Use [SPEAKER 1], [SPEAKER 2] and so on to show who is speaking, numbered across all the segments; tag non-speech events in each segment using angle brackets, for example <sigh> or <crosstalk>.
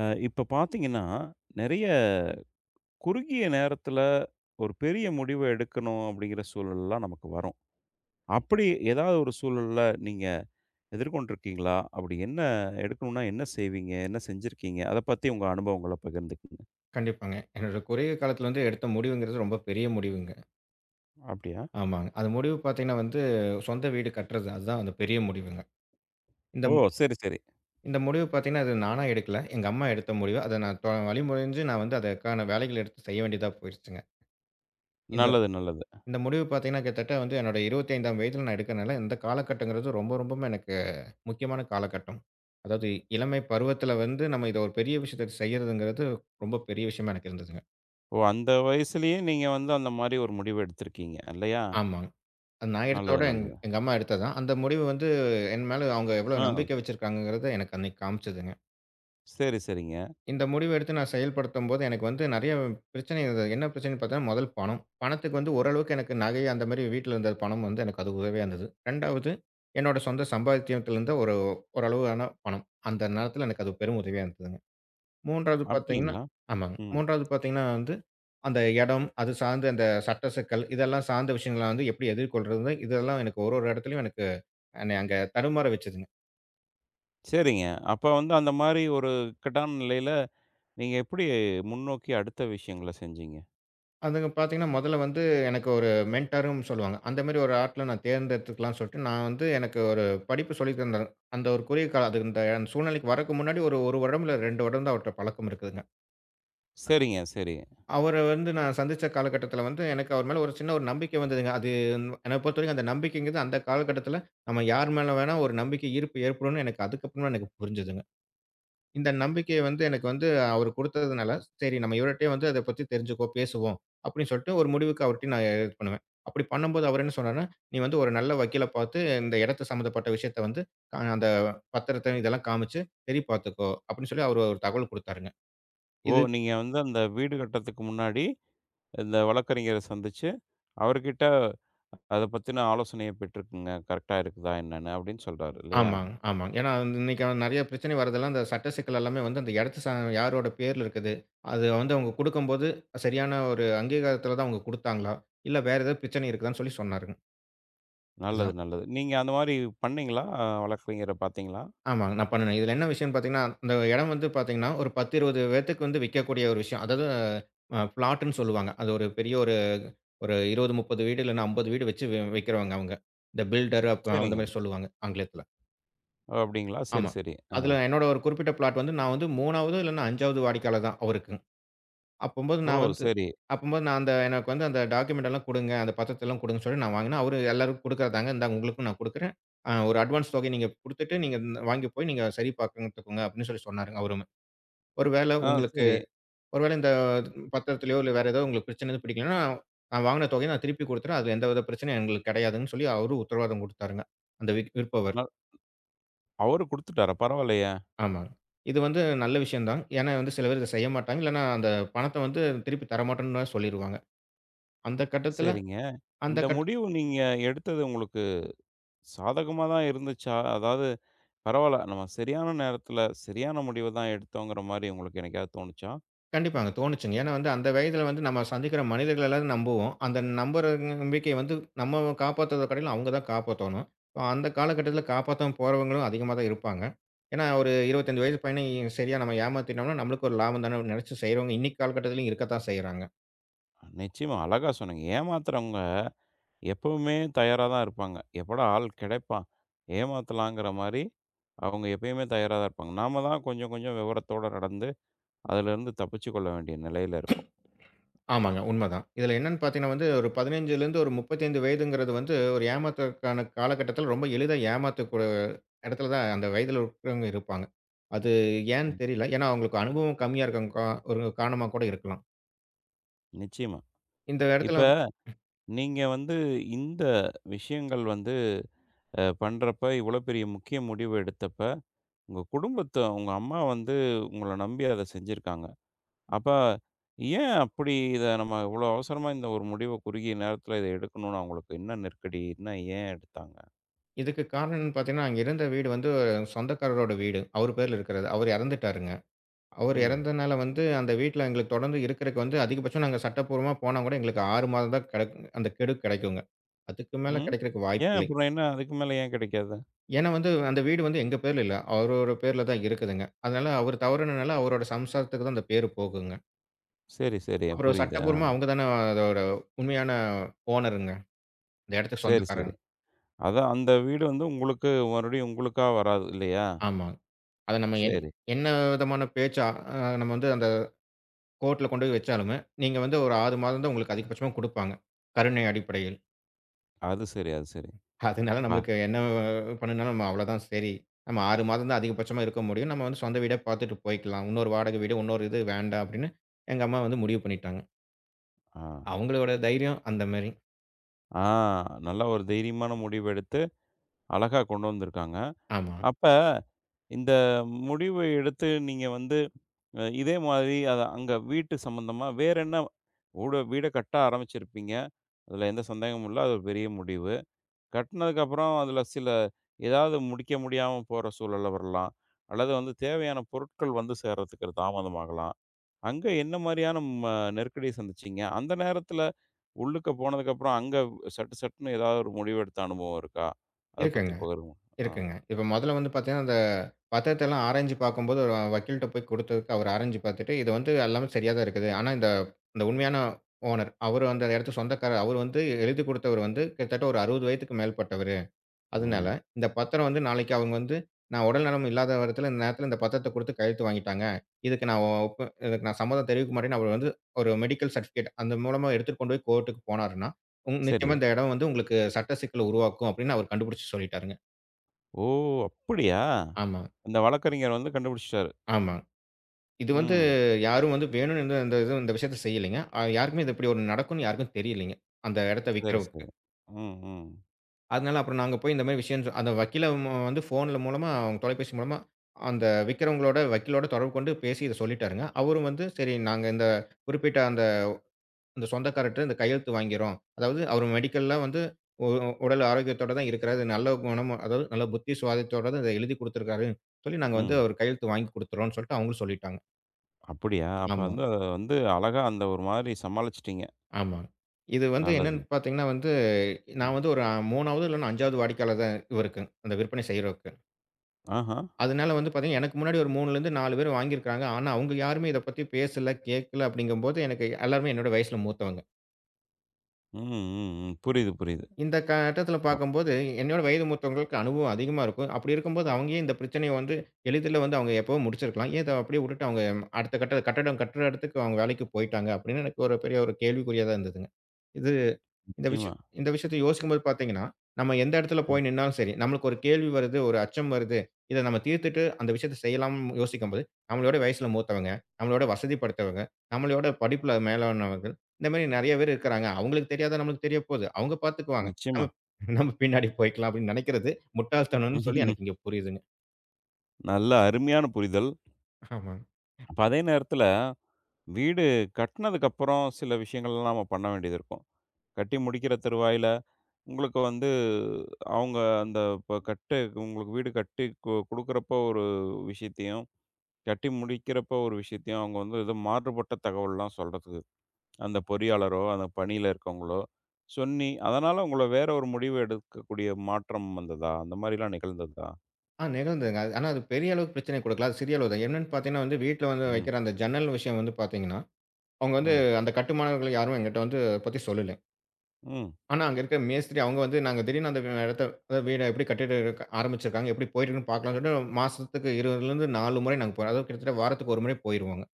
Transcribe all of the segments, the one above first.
[SPEAKER 1] இப்ப பார்த்தீங்கன்னா, நெறைய குறுகிய நேரத்தில ஒரு பெரிய முடிவு எடுக்கணும் அப்படிங்கிற சூழல்லாம் நமக்கு வரும். அப்படி ஏதாவது ஒரு சூழல்ல நீங்க எதிர்கொண்டிருக்கீங்களா? அப்படி என்ன எடுக்கணும்னா என்ன செய்வீங்க? என்ன செஞ்சிருக்கீங்க? அத பத்தி உங்க அனுபவங்கள பகிர்ந்துக்கங்க.
[SPEAKER 2] கண்டிப்பாங்க. என்னோட குறுகிய காலத்தில வந்து எடுத்த முடிவுங்கிறது ரொம்ப பெரிய முடிவுங்க.
[SPEAKER 1] அப்படியா?
[SPEAKER 2] ஆமாங்க. அது முடிவு பார்த்தீங்கன்னா வந்து, சொந்த வீடு கட்டுறது. அதுதான் அந்த பெரிய முடிவுங்க. இந்த
[SPEAKER 1] ஓ! சரி, சரி.
[SPEAKER 2] இந்த முடிவு பார்த்தீங்கன்னா, அது நானா எடுக்கல. எங்க அம்மா எடுத்த முடிவு. அத நான் வழிமொழிஞ்சு நான் வந்து அதற்கான வேலைகள் எடுத்து செய்ய வேண்டியதா போயிருச்சுங்க. இந்த
[SPEAKER 1] நல்லது, நல்லது.
[SPEAKER 2] இந்த முடிவு பார்த்தீங்கன்னா, கிட்டத்தட்ட வந்து என்னோட 25ஆம் வயதில நான் எடுக்கிறனால, இந்த காலகட்டங்கிறது ரொம்ப ரொம்பவும் எனக்கு முக்கியமான காலகட்டம். அதாவது இளமை பருவத்தில வந்து நம்ம இத ஒரு பெரிய விஷயத்த செய்யறதுங்கிறது ரொம்ப பெரிய விஷயமா எனக்கு இருந்ததுங்க.
[SPEAKER 1] ஓ! அந்த வயசுலயே நீங்க வந்து அந்த மாரி ஒரு முடிவு எடுத்திருக்கீங்க இல்லையா?
[SPEAKER 2] ஆமாங்க. அது நான்
[SPEAKER 1] நல்லது,
[SPEAKER 2] எடுத்ததோட எங்
[SPEAKER 1] நல்லது.
[SPEAKER 2] எங்க அம்மா எடுத்தது தான். அந்த முடிவு வந்து என் மேல அவங்க எவ்வளோ
[SPEAKER 1] ஆ.
[SPEAKER 2] நம்பிக்கை வச்சிருக்காங்கங்கிறத எனக்கு அன்னைக்கு காமிச்சதுங்க.
[SPEAKER 1] சரி, சரிங்க.
[SPEAKER 2] இந்த முடிவு எடுத்து நான் செயல்படுத்தும்போது எனக்கு வந்து நெறைய பிரச்சனை இருந்தது. என்ன பிரச்சனைன்னு பார்த்தீங்கன்னா, முதல் பணம். பணத்துக்கு வந்து ஓரளவுக்கு எனக்கு நகை அந்த மாரி வீட்ல இருந்த பணம் வந்து எனக்கு அது உதவியா இருந்தது. 2வது என்னோட சொந்த சம்பாத்தியத்திலிருந்த ஒரு ஓரளவான பணம். அந்த நேரத்தில எனக்கு அது பெரும் உதவியா இருந்ததுங்க. 3வது பார்த்தீங்கன்னா
[SPEAKER 1] அப்படிங்களா?
[SPEAKER 2] ஆமாங்க.
[SPEAKER 1] ம்.
[SPEAKER 2] 3வது பார்த்தீங்கன்னா வந்து, அந்த இடம், அது சார்ந்த அந்த சட்ட சிக்கல் இதெல்லாம் சார்ந்த விஷயங்கள வந்து எப்படி எதிர்கொள்றது? இதெல்லாம் எனக்கு ஒரு ஒரு இடத்துலயும் எனக்கு என்னைய அங்க தடுமாற வச்சதுங்க.
[SPEAKER 1] சரிங்க. அப்ப வந்து அந்த மாரி ஒரு இக்கட்டான நிலையில நீங்க எப்படி முன்னோக்கி அடுத்த விஷயங்கள செஞ்சீங்க?
[SPEAKER 2] அதுங்க பார்த்தீங்கன்னா, முதல்ல வந்து எனக்கு ஒரு மென்டாரும் சொல்லுவாங்க. அந்த மாரி ஒரு ஆட்கள நான் தேர்ந்தெடுத்துக்கலாம்னு சொல்லிட்டு, நான் வந்து எனக்கு ஒரு படிப்பு சொல்லி தந்தாரு. அந்த ஒரு குறுகிய காலம் அது இந்த அந்த சூழ்நிலைக்கு வரக்கு முன்னாடி ஒரு 1 வருடம் இல்ல 2 வருடம் தான் அவர்ட்ட பழக்கம் இருக்குதுங்க.
[SPEAKER 1] சரிங்க, சரி.
[SPEAKER 2] அவர வந்து நான் சந்திச்ச காலகட்டத்தில வந்து, எனக்கு அவர் மேல ஒரு சின்ன ஒரு நம்பிக்கை வந்ததுங்க. அது என்ன பொறுத்தவரைக்கும் அந்த நம்பிக்கைங்கிறது அந்த காலகட்டத்தில, நம்ம யார் மேல வேணா ஒரு நம்பிக்கை ஈர்ப்பு ஏற்படும்னு எனக்கு அதுக்கப்புறமா எனக்கு புரிஞ்சதுங்க. இந்த நம்பிக்கை வந்து எனக்கு வந்து அவரு குடுத்ததுனால, சரி நம்ம இவர்ட்டயே வந்து அத பத்தி தெரிஞ்சுக்குவோம், பேசுவோம் அப்படின்னு சொல்லிட்டு ஒரு முடிவுக்கு அவர்ட்டயும் நான் இது பண்ணுவேன். அப்படி பண்ணும்போது அவர் என்ன சொன்னார்ன்னா, "நீ வந்து ஒரு நல்ல வக்கீல பார்த்து இந்த இடத்து சம்மந்தப்பட்ட விஷயத்த வந்து அந்த பத்திரத்த இதெல்லாம் காமிச்சு சரி பார்த்துக்கோ" அப்படின்னு சொல்லி அவரு ஒரு தகவல் குடுத்தாருங்க.
[SPEAKER 1] ஓ!
[SPEAKER 2] இது
[SPEAKER 1] நீங்க வந்து அந்த வீடு கட்டுறதுக்கு முன்னாடி, இந்த வழக்கறிஞர சந்திச்சு, அவர்கிட்ட அத பத்தின ஆலோசனைய பெற்றுக்கங்க. கரெக்ட்டா இருக்குதா என்னன்னு? அப்படின்னு சொல்றாரு இல்லையா?
[SPEAKER 2] ஆமாங்க, ஆமாங்க. ஏன்னா வந்து இன்னைக்கு நெறைய பிரச்சனை வரதெல்லாம் அந்த சட்ட சிக்கல் எல்லாமே வந்து அந்த இடத்து யாரோட பேர்ல இருக்குது? அது வந்து அவங்க குடுக்கும்போது சரியான ஒரு அங்கீகாரத்துல தான் அவங்க குடுத்தாங்களா? இல்ல வேற ஏதாவது பிரச்சனை இருக்குதான்னு சொல்லி சொன்னாருங்க.
[SPEAKER 1] நல்லது,
[SPEAKER 2] இதுதான்.
[SPEAKER 1] நல்லது. நீங்க அந்த மாரி பண்ணீங்களா? வழக்கறிஞர பார்த்தீங்களா?
[SPEAKER 2] ஆமாங்க. நான் பண்ணுனேன். இதுல என்ன விஷயம்னு பார்த்தீங்கன்னா, அந்த இடம் வந்து பார்த்தீங்கன்னா, ஒரு 10, 20 பேத்துக்கு வந்து விக்கக்கூடிய ஒரு விஷயம். அதாவது பிளாட்டுன்னு சொல்லுவாங்க. அது ஒரு பெரிய ஒரு ஒரு 20, 30 வீடு இல்லன்னா 50 வீடு வச்சு விக்கிறவங்க அவங்க. இந்த பில்டர் அப் அந்த
[SPEAKER 1] சரிங்க.
[SPEAKER 2] மாரி சொல்லுவாங்க ஆங்கிலத்துல.
[SPEAKER 1] ஓ! அப்படிங்களா? சரி,
[SPEAKER 2] ஆமா.
[SPEAKER 1] சரி. ஆ.
[SPEAKER 2] அதுல என்னோட ஒரு குறிப்பிட்ட பிளாட் வந்து நான் வந்து 3வது இல்லன்னா 5வது வாடிக்கையாளர் தான் அவருக்கு. அப்பம்போது
[SPEAKER 1] ஓ!
[SPEAKER 2] நான் வந்து
[SPEAKER 1] சரி.
[SPEAKER 2] அப்பம்போது நான் அந்த எனக்கு வந்து அந்த டாக்குமெண்ட் எல்லாம் குடுங்க. அந்த பத்திரத்தெல்லாம் குடுங்கன்னு சொல்லி நான் வாங்கினேன். அவரு எல்லாருக்கும் குடுக்குறதாங்க. இந்தாங்க உங்களுக்கும் நான் குடுக்குறேன். ஒரு அட்வான்ஸ் தொகை நீங்க குடுத்துட்டு, நீங்க வாங்கி போய் நீங்க சரி பார்த்துக்கோங்க அப்படின்னு சொல்லி சொன்னாருங்க அவருமே. ஒருவேளை
[SPEAKER 1] ஆ
[SPEAKER 2] உங்களுக்கு
[SPEAKER 1] சரி.
[SPEAKER 2] ஒருவேளை இந்த பத்திரத்திலயோ, இல்ல வேற ஏதோ உங்களுக்கு பிரச்சனை எதுவும் பிடிக்கலன்னா, நான் வாங்கின தொகைய நான் திருப்பி குடுத்துறேன். அதுல எந்தவித பிரச்சனையும் எங்களுக்கு கிடையாதுன்னு சொல்லி அவரு உத்தரவாதம் குடுத்தாருங்க. அந்த
[SPEAKER 1] ந
[SPEAKER 2] விற்பவர்.
[SPEAKER 1] அவரு குடுத்துட்டாரா? பரவாயில்லையே!
[SPEAKER 2] ஆமாங்க. இது வந்து நல்ல விஷயம் தான். ஏன்னா வந்து சில பேர் இத செய்ய மாட்டாங்க. இல்லன்னா அந்த பணத்த வந்து திருப்பி தரமாட்டோம்ன்னு சொல்லிருவாங்க. அந்த கட்டத்துல
[SPEAKER 1] சரிங்க.
[SPEAKER 2] அந்த
[SPEAKER 1] இந்த
[SPEAKER 2] கட்டத்துல
[SPEAKER 1] முடிவு நீங்க எடுத்தது உங்களுக்கு சாதகமா தான் இருந்துச்சா? அதாவது பரவால்ல. நம்ம சரியான நேரத்துல, சரியான முடிவு தான் எடுத்தோங்கிற மாரி உங்களுக்கு என்னைக்காவது தோணுச்சா?
[SPEAKER 2] கண்டிப்பாங்க. தோணுச்சுங்க. ஏன்னா வந்து அந்த வயதில வந்து நம்ம சந்திக்கிற மனிதர்கள் எல்லாரும் நம்புவோம். அந்த நம்புற நம்பிக்கைய வந்து நம்ம காப்பாத்துறத காட்டிலும் அவங்க தான் காப்பாத்தணும். அந்த காலகட்டத்தில காப்பாத்தாம போறவங்களும் அதிகமா தான் இருப்பாங்க. ஏன்னா ஒரு 25 வயது பையன சரியா நம்ம ஏமாத்திட்டோம்னா, நம்மளுக்கு ஒரு லாபம் தானே நெனச்சு செய்றவங்க இன்னைக்கு காலகட்டத்திலயும் இருக்கத்தான் செய்றாங்க.
[SPEAKER 1] நிச்சயமா அழகா சொன்னீங்க. ஏமாத்துறவங்க எப்பவுமே தயாரா தான் இருப்பாங்க. எப்படா ஆள் கிடைப்பான், ஏமாத்தலாங்கிற மாரி அவங்க எப்பயுமே தயாரா தான் இருப்பாங்க. நாம தான் கொஞ்சம் கொஞ்சம் விவரத்தோட நடந்து, அதிலருந்து தப்பிச்சுக் கொள்ள வேண்டிய நிலையில இருக்கோம்.
[SPEAKER 2] ஆமாங்க உண்மதான். இதில என்னன்னு பார்த்தீங்கன்னா வந்து ஒரு 15லேருந்து ஒரு 35 வயதுங்கிறது வந்து ஒரு ஏமாத்துறதுக்கான காலகட்டத்தில ரொம்ப எளிதா இடத்துல தான் அந்த வயதில இருக்கிறவங்க இருப்பாங்க. அது ஏன்னு
[SPEAKER 1] ம்.
[SPEAKER 2] தெரியல. ஏன்னா, அவங்களுக்கு அனுபவம் கம்மியா இருக்க ஒரு காரணமா கூட இருக்கலாம்.
[SPEAKER 1] நிச்சயமா.
[SPEAKER 2] இந்த இடத்துல
[SPEAKER 1] இப்ப நீங்க வந்து இந்த விஷயங்கள் வந்து பண்றப்ப, இவ்வளோ பெரிய முக்கிய முடிவு எடுத்தப்ப, உங்க குடும்பத்த உங்க அம்மா வந்து உங்கள நம்பி அத செஞ்சிருக்காங்க. அப்ப ஏன் அப்படி இத நம்ம இவ்வளோ அவசரமா இந்த ஒரு முடிவ குறுகிய நேரத்துல இத எடுக்கணும்னு அவங்களுக்கு என்ன நெருக்கடி? என்ன ஏன் எடுத்தாங்க?
[SPEAKER 2] இதுக்கு காரணம் என்னன்னு பார்த்தீங்கன்னா, அங்க இருந்த வீடு வந்து ஒரு சொந்தக்காரரோட வீடு. அவரு பேர்ல இருக்கிறது. அவரு இறந்துட்டாருங்க. அவரு
[SPEAKER 1] ம்.
[SPEAKER 2] இறந்தனால வந்து அந்த வீட்ல எங்களுக்கு தொடர்ந்து இருக்கிறக்கு வந்து அதிகபட்சம் நாங்க சட்டப்பூர்வமா போனா கூட எங்களுக்கு 6 மாதம் தான் அந்த கெடு கிடைக்குங்க. அதுக்கு மேல
[SPEAKER 1] ம்.
[SPEAKER 2] கிடைக்கிறக்கு வாய்ப்பு
[SPEAKER 1] ஏன்
[SPEAKER 2] இல்லை.
[SPEAKER 1] அப்புறம் என்ன அதுக்கு மேல ஏன் கிடைக்காது?
[SPEAKER 2] ஏன்னா வந்து அந்த வீடு வந்து எங்க பேர்ல இல்ல. அவரோட பேர்ல தான் இருக்குதுங்க. அதனால அவரு தவறுனனால அவரோட சம்சாரத்துக்கு தான் அந்த பேரு போகுங்க.
[SPEAKER 1] சரி, சரி.
[SPEAKER 2] அப்புறம்
[SPEAKER 1] புரியுது. ஆ.
[SPEAKER 2] சட்டப்பூர்வமா அவங்க தான அதோட உண்மையான ஓனருங்க. அந்த இடத்துக்கு
[SPEAKER 1] சரி, சரி.
[SPEAKER 2] சொந்தக்காரங்க.
[SPEAKER 1] அதான் அந்த வீடு வந்து உங்களுக்கு மறுபடியும் உங்களுக்கா வராது இல்லையா?
[SPEAKER 2] ஆமா. அத நம்ம
[SPEAKER 1] சரி.
[SPEAKER 2] என்ன விதமான பேச்சா நம்ம வந்து அந்த கோர்ட்ல கொண்டு போய் வச்சாலுமே, நீங்க வந்து ஒரு 6 மாதம் தான் உங்களுக்கு அதிகபட்சமா குடுப்பாங்க. கருணை அடிப்படையில்.
[SPEAKER 1] அது சரி, அது சரி.
[SPEAKER 2] அதனால
[SPEAKER 1] வா
[SPEAKER 2] நம்மளுக்கு என்ன பண்ணுனாலும் நம்ம அவ்வளோதான் சரி. நம்ம 6 மாதம் தான் அதிகபட்சமா இருக்க முடியும். நம்ம வந்து சொந்த வீடே பார்த்துட்டு போய்க்கலாம். இன்னொரு வாடகை வீடு, இன்னொரு இது வேண்டாம் அப்படின்னு எங்க அம்மா வந்து முடிவு பண்ணிட்டாங்க.
[SPEAKER 1] ஆ.
[SPEAKER 2] அவங்களோட தைரியம் அந்த மாரி.
[SPEAKER 1] ஆ நல்ல ஒரு தைரியமான முடிவு எடுத்து அழகா கொண்டு வந்திருக்காங்க.
[SPEAKER 2] ஆமா.
[SPEAKER 1] அப்ப இந்த முடிவு எடுத்து நீங்க வந்து இதே மாதிரி அத அங்க வீட்டு சம்மந்தமா வேற என்ன ஊட வீட வீடை கட்ட ஆரம்பிச்சிருப்பீங்க. அதில எந்த சந்தேகமும் இல்ல. அது ஒரு பெரிய முடிவு. கட்டினதுக்கப்புறம் அதில சில ஏதாவது முடிக்க முடியாம போற சூழல்ல வரலாம். அல்லது வந்து தேவையான பொருட்கள் வந்து சேர்றதுக்கு தாமதமாகலாம். அங்க என்ன மாரியான ம நெருக்கடிய சந்திச்சீங்க? அந்த நேரத்தில உள்ளுக்க போனதுக்கப்புறம் அங்க சட்டு சட்டுன்னு ஏதாவது ஒரு முடிவு எடுத்த அனுபவம் இருக்கா? அத பத்தி
[SPEAKER 2] இருக்குங்க.
[SPEAKER 1] பகிருங்க. ஆ.
[SPEAKER 2] இருக்குங்க. இப்ப மொதல்ல வந்து பார்த்தீங்கன்னா, அந்த பத்திரத்தெல்லாம் ஆராய்ஞ்சு பார்க்கும்போது, ஒரு வக்கீல்ட்ட போய் குடுத்ததுக்கு அவரு ஆராய்ஞ்சு பார்த்துட்டு, இது வந்து எல்லாமே சரியா தான் இருக்குது. ஆனா இந்த இந்த உண்மையான ஓனர், அவரு அந்த இடத்துக்கு சொந்தக்காரர். அவரு வந்து எழுதி குடுத்தவரு வந்து கிட்டத்தட்ட ஒரு 60 வயதுக்கு மேற்பட்டவரு. அதனால
[SPEAKER 1] ம்.
[SPEAKER 2] இந்த பத்திரம் வந்து நாளைக்கு அவங்க வந்து, நான் உடல்நலம் இல்லாத இடத்துல இந்த நேரத்துல இந்த பத்திரத்த குடுத்து கையெழுத்து வாங்கிட்டாங்க. இதுக்கு நான் சம்மதம் தெரிவிக்க மாட்டேன்னு அவரு வந்து ஒரு மெடிக்கல் சர்டிஃபிகேட் அந்த மூலமா எடுத்துட்டு கொண்டு போய் கோர்ட்டுக்கு போனாருன்னா,
[SPEAKER 1] சரி.
[SPEAKER 2] நிச்சயமா இந்த இடம் வந்து உங்களுக்கு சட்ட சிக்கல உருவாக்கும் அப்படின்னு அவரு கண்டுபிடிச்சு சொல்லிட்டாருங்க.
[SPEAKER 1] ஓ! அப்படியா?
[SPEAKER 2] ஆமா.
[SPEAKER 1] அந்த வழக்கறிஞர் வந்து கண்டுபிடிச்சுட்டாரு.
[SPEAKER 2] ஆமா. இது வந்து
[SPEAKER 1] ம்.
[SPEAKER 2] யாரும் வந்து வேணும்னு இந்த இந்த இது இந்த விஷயத்த செய்யலைங்க. யாருக்குமே இது இப்படி ஒண்ணு நடக்கும்னு யாருக்கும் தெரியலைங்க. அந்த இடத்த
[SPEAKER 1] சரி,
[SPEAKER 2] விக்கிறவருக்கு.
[SPEAKER 1] சரி. ம், ம்,
[SPEAKER 2] அதனால அப்புறம் நாங்க போய் இந்த மாரி விஷயம் அந்த வக்கீல வந்து ஃபோன்ல மூலமா, அவங்க தொலைபேசி மூலமா அந்த விக்கிறவங்களோட வக்கீலோட தொடர்பு கொண்டு பேசி இத சொல்லிட்டாருங்க. அவரும் வந்து சரி நாங்க இந்த குறிப்பிட்ட அந்த அந்த சொந்தக்காரர்ட்ட இந்த கையெழுத்து வாங்கிறோம். அதாவது அவர் மெடிக்கல்ல வந்து உ உடல் ஆரோக்கியத்தோட தான் இருக்கிறாரு. நல்ல குணம் அதாவது நல்ல புத்தி சுவாதித்தோட தான் இத எழுதி குடுத்துருக்காரு சொல்லி நாங்க வந்து
[SPEAKER 1] ம்.
[SPEAKER 2] அவர் கையெழுத்து வாங்கி குடுத்துறோம்ன்னு சொல்லிட்டு அவங்களும் சொல்லிட்டாங்க.
[SPEAKER 1] அப்படியா? அப்ப
[SPEAKER 2] ஆமா.
[SPEAKER 1] வந்து அத வந்து அழகா அந்த ஒரு மாதிரி சமாளிச்சுட்டீங்க.
[SPEAKER 2] ஆமாங்க. இது வந்து என்னன்னு
[SPEAKER 1] நல்லது.
[SPEAKER 2] பார்த்தீங்கன்னா வந்து, நான்
[SPEAKER 1] ம்.
[SPEAKER 2] வந்து ஒரு 3வது இல்லன்னா 5வது வாடிக்கையாளர் தான் இவருக்கு. அந்த விற்பனை செய்றவருக்கு.
[SPEAKER 1] ஆஹா.
[SPEAKER 2] அதனால வந்து பார்த்தீங்கன்னா, எனக்கு முன்னாடி ஒரு 3லேருந்து 4 பேர் வாங்கியிருக்காங்க. ஆனா, அவங்க யாருமே இத பத்தி பேசல, கேட்கல அப்படிங்கும்போது, எனக்கு எல்லாருமே என்னோட வயசுல மூத்தவங்க.
[SPEAKER 1] ம், ம், ம். புரியுது, புரியுது.
[SPEAKER 2] இந்த கட்டத்தில
[SPEAKER 1] ஆமா.
[SPEAKER 2] பார்க்கும்போது, என்னோட வயது மூத்தவங்களுக்கு அனுபவம் அதிகமா இருக்கும். அப்படி இருக்கும்போது, அவங்க ஏன் இந்த பிரச்சனைய வந்து எளிதில வந்து அவங்க எப்பவோ முடிச்சிருக்கலாம். ஏன் இத அப்படியே விட்டுட்டு அவங்க அடுத்த கட்ட கட்டடம் கட்டுற இடத்துக்கு அவங்க வேலைக்கு போய்ட்டாங்க அப்படின்னு எனக்கு ஒரு பெரிய ஒரு கேள்விக்குறியா தான் இருந்ததுங்க. இது இந்த
[SPEAKER 1] நிச்சயமா.
[SPEAKER 2] விஷயம் இந்த விஷயத்த யோசிக்கும்போது பார்த்தீங்கன்னா, நம்ம எந்த இடத்துல
[SPEAKER 1] ம்.
[SPEAKER 2] போய் நின்னாலும் சரி, நம்மளுக்கு ஒரு கேள்வி வருது, ஒரு அச்சம் வருது. இத நம்ம தீர்த்துட்டு அந்த விஷயத்த செய்யலாம்னு யோசிக்கும்போது, நம்மளோட வயசுல மூத்தவங்க, நம்மளோட வசதி படைத்தவங்க, நம்மளோட படிப்புல மேலானவர்கள், இந்த மாரி நெறைய பேர் இருக்கிறாங்க. அவங்களுக்கு தெரியாதது நம்மளுக்கு தெரிய போது. அவங்க பார்த்துக்குவாங்க.
[SPEAKER 1] நிச்சயமா.
[SPEAKER 2] நம்ம நம்ம பின்னாடி போய்க்கலாம் அப்படின்னு நெனைக்கிறது முட்டாள்தனம்னு சொல்லி எனக்கு இங்க
[SPEAKER 1] <laughs>
[SPEAKER 2] புரியுதுங்க.
[SPEAKER 1] நல்ல அருமையான புரிதல்.
[SPEAKER 2] ஆமாங்க.
[SPEAKER 1] அப்ப அதே நேரத்தில வீடு கட்டுனதுக்கப்புறம் சில விஷயங்கள்லாம் நம்ம பண்ண வேண்டியது இருக்கும். கட்டி முடிக்கிற தருவாயில, உங்களுக்கு வந்து அவங்க அந்த இப்ப உங்களுக்கு வீடு கட்டி குடுக்குறப்போ ஒரு விஷயத்தையும், கட்டி முடிக்கிறப்போ ஒரு விஷயத்தையும் அவங்க வந்து ஏதோ மாறுபட்ட தகவல்லாம் சொல்றதுக்கு, அந்த பொறியாளரோ, அந்த பணியில இருக்கவங்களோ சொல்லி, அதனால உங்கள வேற ஒரு முடிவு எடுக்கக்கூடிய மாற்றம் வந்ததா? அந்த மாரிலாம் நிகழ்ந்ததா?
[SPEAKER 2] ஆ நிகழ்ந்ததுங்க. அது ஆனா அது பெரிய அளவுக்கு பிரச்சனை குடுக்கல. அது சிறிய அளவு தான். என்னன்னு பார்த்தீங்கன்னா வந்து வீட்ல வந்து
[SPEAKER 1] ம்,
[SPEAKER 2] வைக்கிற அந்த ஜன்னல் விஷயம் வந்து பார்த்தீங்கன்னா, அவங்க வந்து
[SPEAKER 1] ம்,
[SPEAKER 2] அந்த கட்டுமானவர்கள் யாரும் என்கிட்ட வந்து பத்தி சொல்லல.
[SPEAKER 1] ம்.
[SPEAKER 2] ஆனா, அங்க இருக்க மேஸ்திரி அவங்க வந்து, நாங்க திடீர்னு அந்த இடத்த அதாவது வீட எப்படி கட்டிட ஆரம்பிச்சிருக்காங்க, எப்படி போயிட்டு இருக்குன்னு பார்க்கலாம்ன்னு சொல்லிட்டு, மாசத்துக்கு 2, 4 முறை நாங்க போறோம். அதாவது கிட்டத்தட்ட வாரத்துக்கு 1 முறை போயிருவோங்க.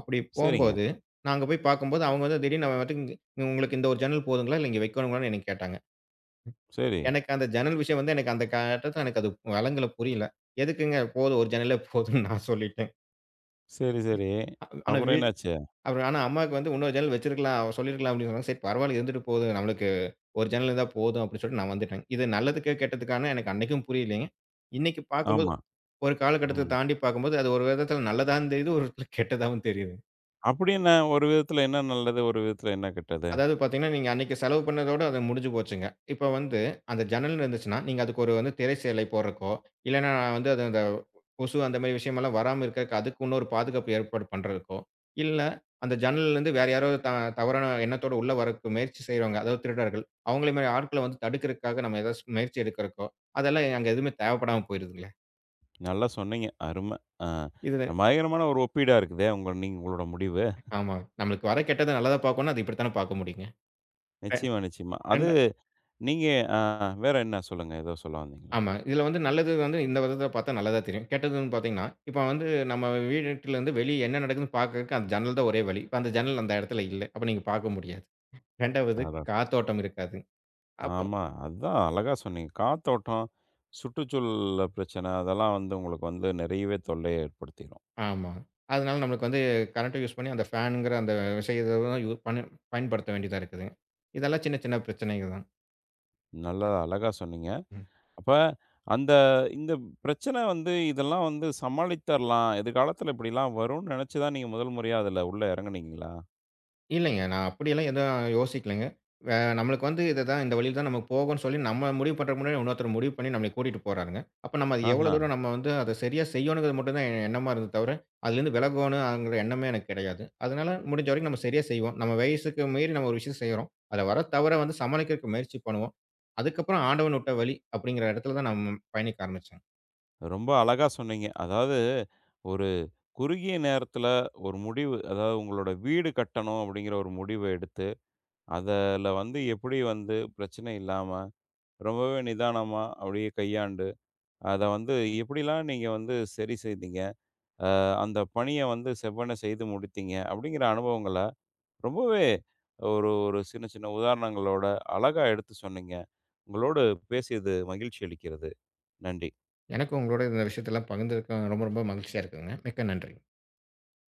[SPEAKER 2] அப்படி
[SPEAKER 1] சரிங்க.
[SPEAKER 2] போம்போது, நாங்க போய் பார்க்கும்போது, அவங்க வந்து திடீர்னு அவன் பாட்டுக்கு, "உங்களுக்கு இந்த ஒரு ஜன்னல் போதுங்களா? இல்ல இங்க வைக்கணுங்களான்னு?" என்னைய கேட்டாங்க.
[SPEAKER 1] சரி,
[SPEAKER 2] எனக்கு அந்த ஜன்னல் விஷயம் வந்து எனக்கு அந்த கட்டத்துல எனக்கு அது வழங்கல, புரியல. "எதுக்குங்க? போதும் ஒரு ஜன்னலே போதும்ன்னு" நான் சொல்லிட்டேன்.
[SPEAKER 1] சரி, சரி.
[SPEAKER 2] ஆனா,
[SPEAKER 1] அப்புறம் என்னாச்சு?
[SPEAKER 2] அப்புறம் ஆனா அம்மாவுக்கு வந்து, "இன்னொரு ஜன்னல் வச்சிருக்கலாம், சொல்லியிருக்கலாம்" அப்படின்னு சொன்னாங்க. சரி பரவாயில்ல இருந்துட்டு போகுது. நம்மளுக்கு ஒரு ஜன்னல் இருந்தா போதும் அப்படின்னு சொல்லிட்டு நான் வந்துட்டேன். இது நல்லதுக்கு, கெட்டதுக்கான்னு எனக்கு அன்னைக்கும் புரியலைங்க. இன்னைக்கு பார்க்கும்போது
[SPEAKER 1] ஆமா.
[SPEAKER 2] ஒரு காலகட்டத்த
[SPEAKER 1] ம்.
[SPEAKER 2] தாண்டி பார்க்கும்போது, அது ஒரு விதத்தில நல்லதாவும் தெரியுது, ஒரு விதத்தில கெட்டதாவும் தெரியுது.
[SPEAKER 1] அப்படி என்ன? ஒரு விதத்துல என்ன நல்லது? ஒரு விதத்துல என்ன கெட்டது?
[SPEAKER 2] அதாவது பார்த்தீங்கன்னா, நீங்க அன்னைக்கு செலவு பண்ணதோட அது முடிஞ்சு போச்சுங்க. இப்ப வந்து அந்த ஜன்னல்ன்னு இருந்துச்சுன்னா, நீங்க அதுக்கு ஒரு வந்து திரை சேலை போடுறக்கோ, இல்லன்னா வந்து அது அந்த கொசு அந்த மாரி விஷயமெல்லாம் வராம இருக்கறக்கு அதுக்கு இன்னொரு பாதுகாப்பு ஏற்பாடு பண்றதுக்கோ, இல்ல அந்த ஜன்னல்லருந்து வேற யாரோ தவறான எண்ணத்தோட உள்ள வரக்கு முயற்சி செய்றவங்க, அதாவது திருடர்கள். அவங்கள மாரி ஆட்கள வந்து தடுக்கிறதுக்காக நம்ம ஏதாச்சும் முயற்சி எடுக்கிறக்கோ, அதெல்லாம் அங்க எதுவுமே தேவைப்படாம போயிருதுங்களே.
[SPEAKER 1] நல்லா சொன்னீங்க. அரும! அ
[SPEAKER 2] இதுல
[SPEAKER 1] பயங்கரமான ஒரு ஒப்பீடா இருக்குதே! உங்க நீங்க உங்களோட முடிவு.
[SPEAKER 2] ஆமா. நம்மளுக்கு வர கெட்டத நல்லதா பார்க்கணும்னா, அது இப்படித்தானே பார்க்க முடியுங்க.
[SPEAKER 1] நிச்சயமா, நிச்சயமா. அது
[SPEAKER 2] ரெ
[SPEAKER 1] நீங்க அ வேற என்ன சொல்லுங்க? ஏதோ சொல்ல வந்தீங்களா?
[SPEAKER 2] ஆமா. இதுல வந்து நல்லது வந்து இந்த விதத்துல பார்த்தா நல்லதா தெரியும். கெட்டதுன்னு பார்த்தீங்கன்னா, இப்ப வந்து நம்ம வீட்டுலருந்து வெளிய என்ன நடக்குதுன்னு பார்க்கறதுக்கு அந்த ஜன்னல் தான் ஒரே வழி. இப்ப அந்த ஜன்னல் அந்த இடத்துல இல்ல. அப்ப நீங்க பார்க்க முடியாது. 2வது
[SPEAKER 1] அதான்.
[SPEAKER 2] காத்தோட்டம் இருக்காது. அப்போ
[SPEAKER 1] ஆமா. அதுதான் அழகா சொன்னீங்க. காத்தோட்டம், சுற்றுச்சூழல் பிரச்சனை அதெல்லாம் வந்து உங்களுக்கு வந்து நிறையவே தொல்லைய ஏற்படுத்திரும்.
[SPEAKER 2] ஆமா. அதனால நம்மளுக்கு வந்து கரண்ட்ட யூஸ் பண்ணி அந்த ஃபேன்ங்கிற அந்த விஷயத்த தான் யூ பண் பயன்படுத்த வேண்டியதா இருக்குது. இதெல்லாம் சின்ன சின்ன பிரச்சனைகள் தான்.
[SPEAKER 1] நல்லா அழகா சொன்னீங்க.
[SPEAKER 2] ம்.
[SPEAKER 1] அப்ப அந்த இந்த பிரச்சனை வந்து இதெல்லாம் வந்து சமாளித்தரலாம். எதிர்காலத்தில இப்படிலாம் வரும்னு நினைச்சு தான் நீங்க முதல் முறையா அதில உள்ள இறங்குனீங்களா?
[SPEAKER 2] இல்லைங்க. நான் அப்படியெல்லாம் எதுவும் யோசிக்கலங்க. நம்மளுக்கு வந்து இதுதான் இந்த வழியில தான் நம்ம போகோன்னு சொல்லி நம்ம முடிவு பண்றதுக்கு முன்னாடி இன்னொருத்தர் முடிவு பண்ணி நம்மள கூட்டிட்டு போறாருங்க. அப்ப நம்ம அது எவ்வளோ
[SPEAKER 1] ஆஹ.
[SPEAKER 2] தூரம் நம்ம வந்து அத சரியா செய்யணுங்கிறது மட்டும் தான் எண்ணமா இருந்தது தவிர, அதுலேருந்து விலகோணுங்கிற எண்ணமே எனக்கு கிடையாது. அதனால முடிஞ்ச வரைக்கும் நம்ம சரியா செய்வோம். நம்ம வயசுக்கு மீறி நம்ம ஒரு விஷயம் செய்றோம். அதுல வர தவற வந்து சமாளிக்கிறதுக்கு முயற்சி பண்ணுவோம். அதுக்கப்புறம் ஆண்டவன் விட்ட வழி அப்படிங்கிற இடத்துல தான் நான் பயணிக்க ஆரம்பிச்சேன்.
[SPEAKER 1] ரொம்ப அழகா சொன்னீங்க. அதாவது ஒரு குறுகிய நேரத்துல ஒரு முடிவு, அதாவது உங்களோட வீடு கட்டணும் அப்படிங்கிற ஒரு முடிவ எடுத்து, அதுல வந்து எப்படி வந்து பிரச்சனை இல்லாம, ரொம்பவே நிதானமா அப்படியே கையாண்டு, அத வந்து எப்படிலாம் நீங்க வந்து சரி செய்தீங்க? அ அந்த பணிய வந்து செவ்வன செய்து முடித்தீங்க அப்படிங்கிற அனுபவங்கள ரொம்பவே ஒரு ஒரு சின்ன சின்ன உதாரணங்களோட அழகா எடுத்து சொன்னீங்க. உங்களோடு பேசியது மகிழ்ச்சி அளிக்கிறது. நன்றி.
[SPEAKER 2] எனக்கு உங்களோட இந்த விஷயத்தெல்லாம் பகிர்ந்ததுக்கு ரொம்ப ரொம்ப மகிழ்ச்சியா இருக்குங்க. மிக்க நன்றி.